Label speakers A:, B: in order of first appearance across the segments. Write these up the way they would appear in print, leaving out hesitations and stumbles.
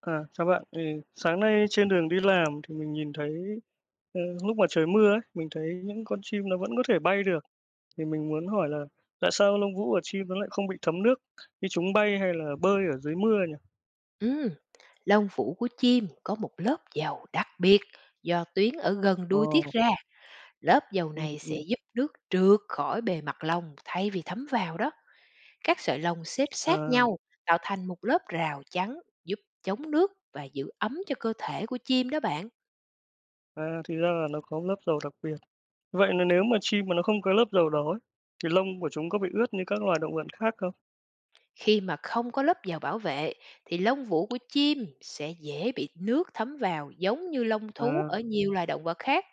A: À, chào bạn. Ừ, sáng nay trên đường đi làm thì mình nhìn thấy ờ, lúc mà trời mưa ấy, mình thấy những con chim nó vẫn có thể bay được. Thì mình muốn hỏi là tại sao lông vũ của chim nó lại không bị thấm nước khi chúng bay hay là bơi ở dưới mưa nhỉ?
B: Ừm, lông vũ của chim có một lớp dầu đặc biệt do tuyến ở gần đuôi tiết
A: Ồ,
B: ra. Lớp dầu
A: ừ,
B: này sẽ
A: ừ.
B: giúp nước trượt khỏi bề mặt lông thay vì thấm vào đó. Các sợi lông xếp sát
A: À,
B: nhau tạo thành một lớp rào chắn giúp chống nước và giữ ấm cho cơ thể của chim đó bạn.
A: à, thì ra là nó có lớp dầu đặc biệt. Vậy là nếu mà chim mà nó không có lớp dầu đó ấy, thì lông của chúng có bị ướt như các loài động vật khác không?
B: Khi mà không có lớp dầu bảo vệ thì lông vũ của chim sẽ dễ bị nước thấm vào, giống như lông thú
A: À,
B: ở nhiều loài động vật khác.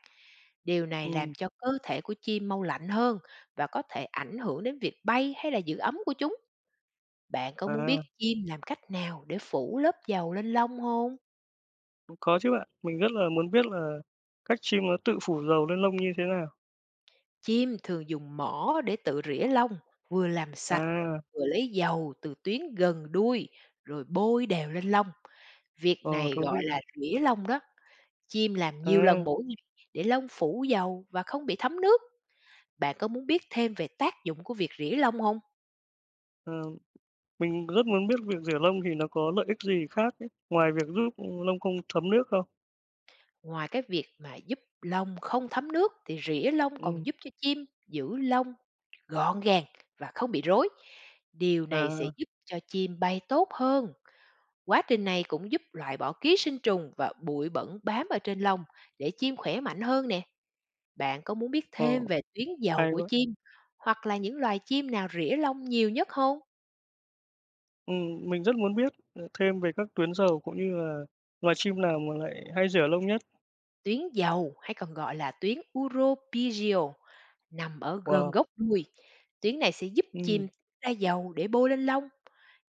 B: Điều này làm
A: ừ,
B: cho cơ thể của chim mau lạnh hơn và có thể ảnh hưởng đến việc bay hay là giữ ấm của chúng. Bạn có muốn biết
A: à,
B: chim làm cách nào để phủ lớp dầu lên lông không?
A: có chứ bạn. Mình rất là muốn biết là cách chim nó tự phủ dầu lên lông như thế nào.
B: Chim thường dùng mỏ để tự rỉa lông, vừa làm sạch,
A: À.
B: vừa lấy dầu từ tuyến gần đuôi rồi bôi đều lên lông. Việc
A: Ờ,
B: này
A: thú
B: gọi
A: vị.
B: là rỉa lông đó. Chim làm nhiều lần
A: À,
B: mỗi ngày để lông phủ dầu và không bị thấm nước. Bạn có muốn biết thêm về tác dụng của việc rỉa lông không?
A: à, mình rất muốn biết việc rửa lông thì nó có lợi ích gì khác ấy, ngoài việc giúp, lông không thấm nước không?
B: Ngoài cái việc mà giúp lông không thấm nước thì rỉa lông còn
A: Ừm,
B: giúp cho chim giữ lông gọn gàng và không bị rối. Điều này sẽ
A: à,
B: giúp cho chim bay tốt hơn. Quá trình này cũng giúp loại bỏ ký sinh trùng và bụi bẩn bám ở trên lông để chim khỏe mạnh hơn nè. Bạn có muốn biết
A: ờ,
B: thêm về tuyến giàu
A: hay
B: của
A: quá.
B: chim hoặc là những loài chim nào rỉa lông nhiều nhất không?
A: Mình rất muốn biết, thêm về các tuyến sầu cũng như là loài chim nào mà lại hay rửa lông nhất.
B: Tuyến giàu hay còn gọi là tuyến uropygial nằm ở gần
A: Wow!
B: gốc đuôi, tuyến này sẽ giúp chim
A: Ừm,
B: ra dầu để bôi lên lông.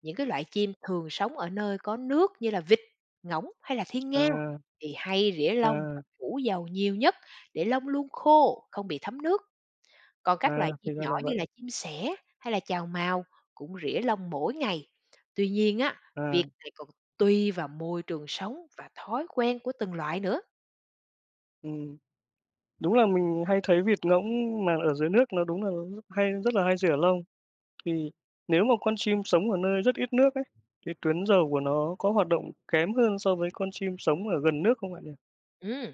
B: Những cái loại chim thường sống ở nơi có nước như là vịt, ngỗng hay là thiên nga
A: à,
B: thì hay rỉa lông
A: à,
B: và phủ dầu nhiều nhất, để lông luôn khô, không bị thấm nước. Còn các loại
A: à,
B: chim
A: thì ra
B: nhỏ
A: là
B: như
A: vậy.
B: là chim sẻ hay là chào mào cũng rỉa lông mỗi ngày. Tuy nhiên á,
A: À,
B: việc này còn tùy vào môi trường sống và thói quen của từng loại nữa.
A: ừm, đúng là mình hay thấy vịt ngỗng mà ở dưới nước nó đúng là hay rất là hay rửa lông. Thì nếu mà con chim sống ở nơi rất ít nước ấy, thì tuyến rầu của nó có hoạt động kém hơn so với con chim sống ở gần nước không bạn nhỉ?
B: Ừ,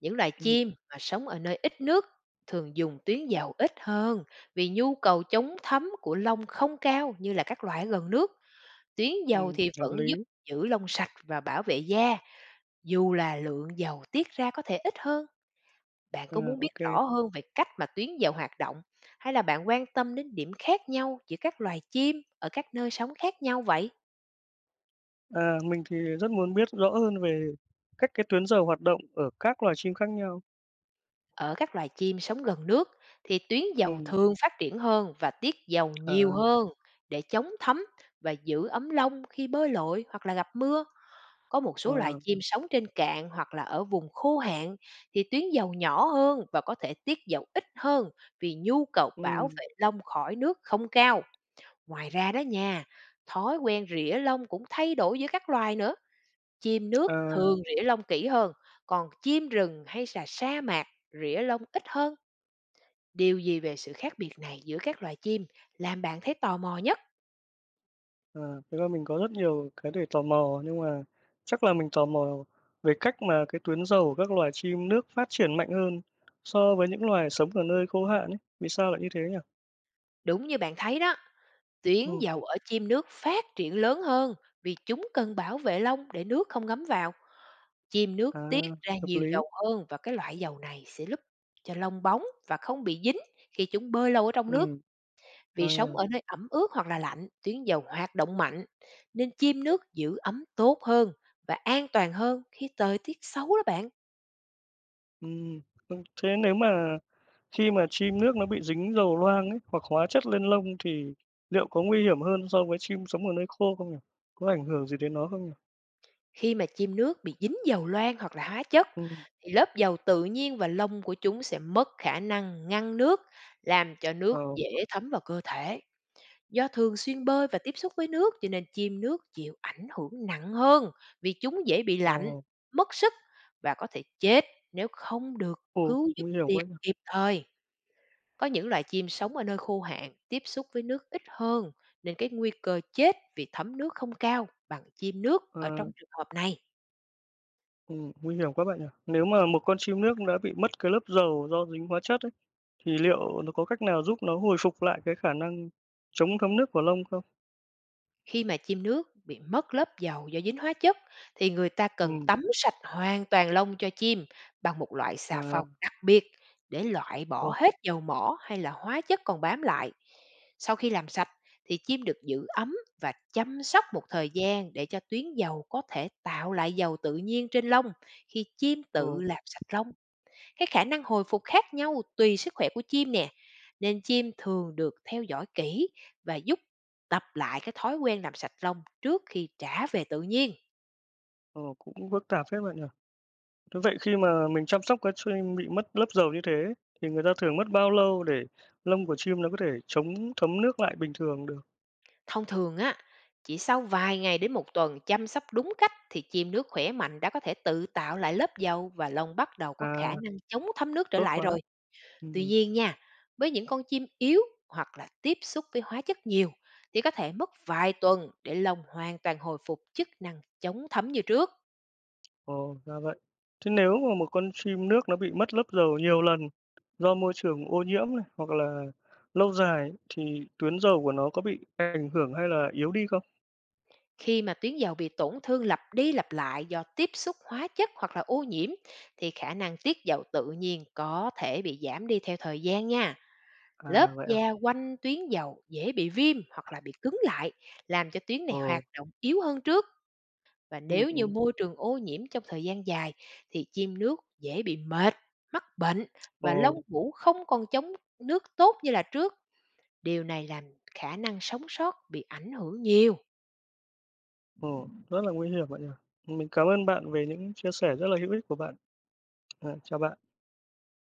B: những loài
A: Ừm,
B: chim mà sống ở nơi ít nước thường dùng tuyến giàu ít hơn, vì nhu cầu chống thấm của lông không cao như là các loài ở gần nước. Tuyến giàu thì
A: hợp
B: vẫn giúp
A: lý.
B: giữ lông sạch và bảo vệ da, dù là lượng dầu tiết ra có thể ít hơn. Bạn
A: À,
B: có muốn
A: ô.
B: biết rõ hơn về cách mà tuyến giàu hoạt động, hay là bạn quan tâm đến điểm khác nhau giữa các loài chim ở các nơi sống khác nhau vậy?
A: À, mình thì rất muốn biết rõ hơn về cách cái tuyến rầu hoạt động ở các loài chim khác nhau.
B: Ở các loài chim sống gần nước thì tuyến giàu
A: Ừm,
B: thường phát triển hơn và tiết giàu
A: à,
B: nhiều hơn, để chống thấm và giữ ấm lông khi bơi lội hoặc là gặp mưa. Có một số loài
A: à,
B: chim sống trên cạn hoặc là ở vùng khô hạn thì tuyến giàu nhỏ hơn và có thể tiết giàu ít hơn, vì nhu cầu bảo
A: ừm,
B: vệ lông khỏi nước không cao. Ngoài ra đó nha, thói quen rỉa lông cũng thay đổi giữa các loài nữa. Chim nước
A: à,
B: thường rỉa lông kỹ hơn, còn chim rừng hay là sa mạc rỉa lông ít hơn. Điều gì về sự khác biệt này giữa các loài chim làm bạn thấy tò mò nhất?
A: à, thực ra mình có rất nhiều cái để tò mò, nhưng mà chắc là mình tò mò về cách mà cái tuyến rầu của các loài chim nước phát triển mạnh hơn so với những loài sống ở nơi khô hạn ấy. Vì sao lại như thế nhỉ?
B: Đúng như bạn thấy đó, tuyến
A: Ừm,
B: dầu ở chim nước phát triển lớn hơn vì chúng cần bảo vệ lông để nước không ngấm vào. Chim nước
A: à,
B: tiết ra
A: hợp
B: nhiều
A: lý.
B: dầu hơn và cái loại dầu này sẽ giúp cho lông bóng và không bị dính khi chúng bơi lâu ở trong nước.
A: Ừm, à,
B: Vì sống ở nơi ẩm ướt hoặc là lạnh, tuyến dầu hoạt động mạnh nên chim nước giữ ấm tốt hơn và an toàn hơn khi thời tiết xấu đó bạn.
A: ừm. Ơ, thế nếu mà khi mà chim nước nó bị dính dầu loang ấy, hoặc hóa chất lên lông thì liệu có nguy hiểm hơn so với chim sống ở nơi khô không nhỉ? Có ảnh hưởng gì đến nó không nhỉ?
B: Khi mà chim nước bị dính dầu loang hoặc là hóa chất
A: Ừm,
B: thì lớp dầu tự nhiên và lông của chúng sẽ mất khả năng ngăn nước, làm cho nước
A: ờ,
B: dễ thấm vào cơ thể. Do thường xuyên bơi và tiếp xúc với nước, cho nên chim nước chịu ảnh hưởng nặng hơn, vì chúng dễ bị
A: ờ,
B: lạnh, mất sức và có thể chết nếu không được
A: ồ,
B: cứu giúp
A: nguy hiểm
B: tiệt
A: quá nhỉ?
B: kịp thời. Có những loài chim sống ở nơi khô hạn, tiếp xúc với nước ít hơn nên cái nguy cơ chết vì thấm nước không cao bằng chim nước ở
A: À,
B: trong trường hợp này.
A: nguy hiểm quá bạn nhỉ? Nếu mà một con chim nước đã bị mất cái lớp dầu do dính hóa chất ấy, thì liệu nó có cách nào giúp nó hồi phục lại cái khả năng chống thấm nước của lông không?
B: Khi mà chim nước bị mất lớp dầu do dính hóa chất thì người ta cần
A: Ừm,
B: tắm sạch hoàn toàn lông cho chim bằng một loại xà
A: à,
B: phòng đặc biệt, để loại
A: ồ,
B: bỏ hết dầu mỏ hay là hóa chất còn bám lại. Sau khi làm sạch thì chim được giữ ấm và chăm sóc một thời gian, để cho tuyến dầu có thể tạo lại dầu tự nhiên trên lông khi chim
A: ồ,
B: tự làm sạch lông. Cái khả năng hồi phục khác nhau tùy sức khỏe của chim nè, nên chim thường được theo dõi kỹ và giúp tập lại cái thói quen làm sạch lông trước khi trả về tự nhiên.
A: ồ, cũng phức tạp phết bạn nhỉ? Thế vậy khi mà mình chăm sóc cái chim bị mất lớp dầu như thế thì người ta thường mất bao lâu để lông của chim nó có thể chống thấm nước lại bình thường được?
B: Thông thường á, chỉ sau vài ngày đến một tuần chăm sóc đúng cách thì chim nước khỏe mạnh đã có thể tự tạo lại lớp dầu, và lông bắt đầu có khả
A: À,
B: năng chống thấm nước trở
A: tốt
B: lại
A: quá.
B: rồi. Tuy
A: Ừm.
B: nhiên nha, với những con chim yếu hoặc là tiếp xúc với hóa chất nhiều thì có thể mất vài tuần để lông hoàn toàn hồi phục chức năng chống thấm như trước.
A: Ồ, ra vậy. Thế nếu mà một con chim nước nó bị mất lớp dầu nhiều lần do môi trường ô nhiễm này hoặc là lâu dài thì tuyến dầu của nó có bị ảnh hưởng hay là yếu đi không?
B: Khi mà tuyến giàu bị tổn thương lặp đi lặp lại do tiếp xúc hóa chất hoặc là ô nhiễm thì khả năng tiết giàu tự nhiên có thể bị giảm đi theo thời gian nha. Lớp
A: À vậy à.
B: da quanh tuyến giàu dễ bị viêm hoặc là bị cứng lại, làm cho tuyến này
A: Ồ,
B: hoạt động yếu hơn trước. Và
A: ừ,
B: nếu như
A: ừ.
B: môi trường ô nhiễm trong thời gian dài thì chim nước dễ bị mệt, mắc bệnh
A: Ồ,
B: và lông vũ không còn chống nước tốt như là trước. Điều này làm khả năng sống sót bị ảnh hưởng nhiều.
A: ồ, rất là nguy hiểm bạn nhỉ. Mình cảm ơn bạn về những chia sẻ rất là hữu ích của bạn. À, chào bạn.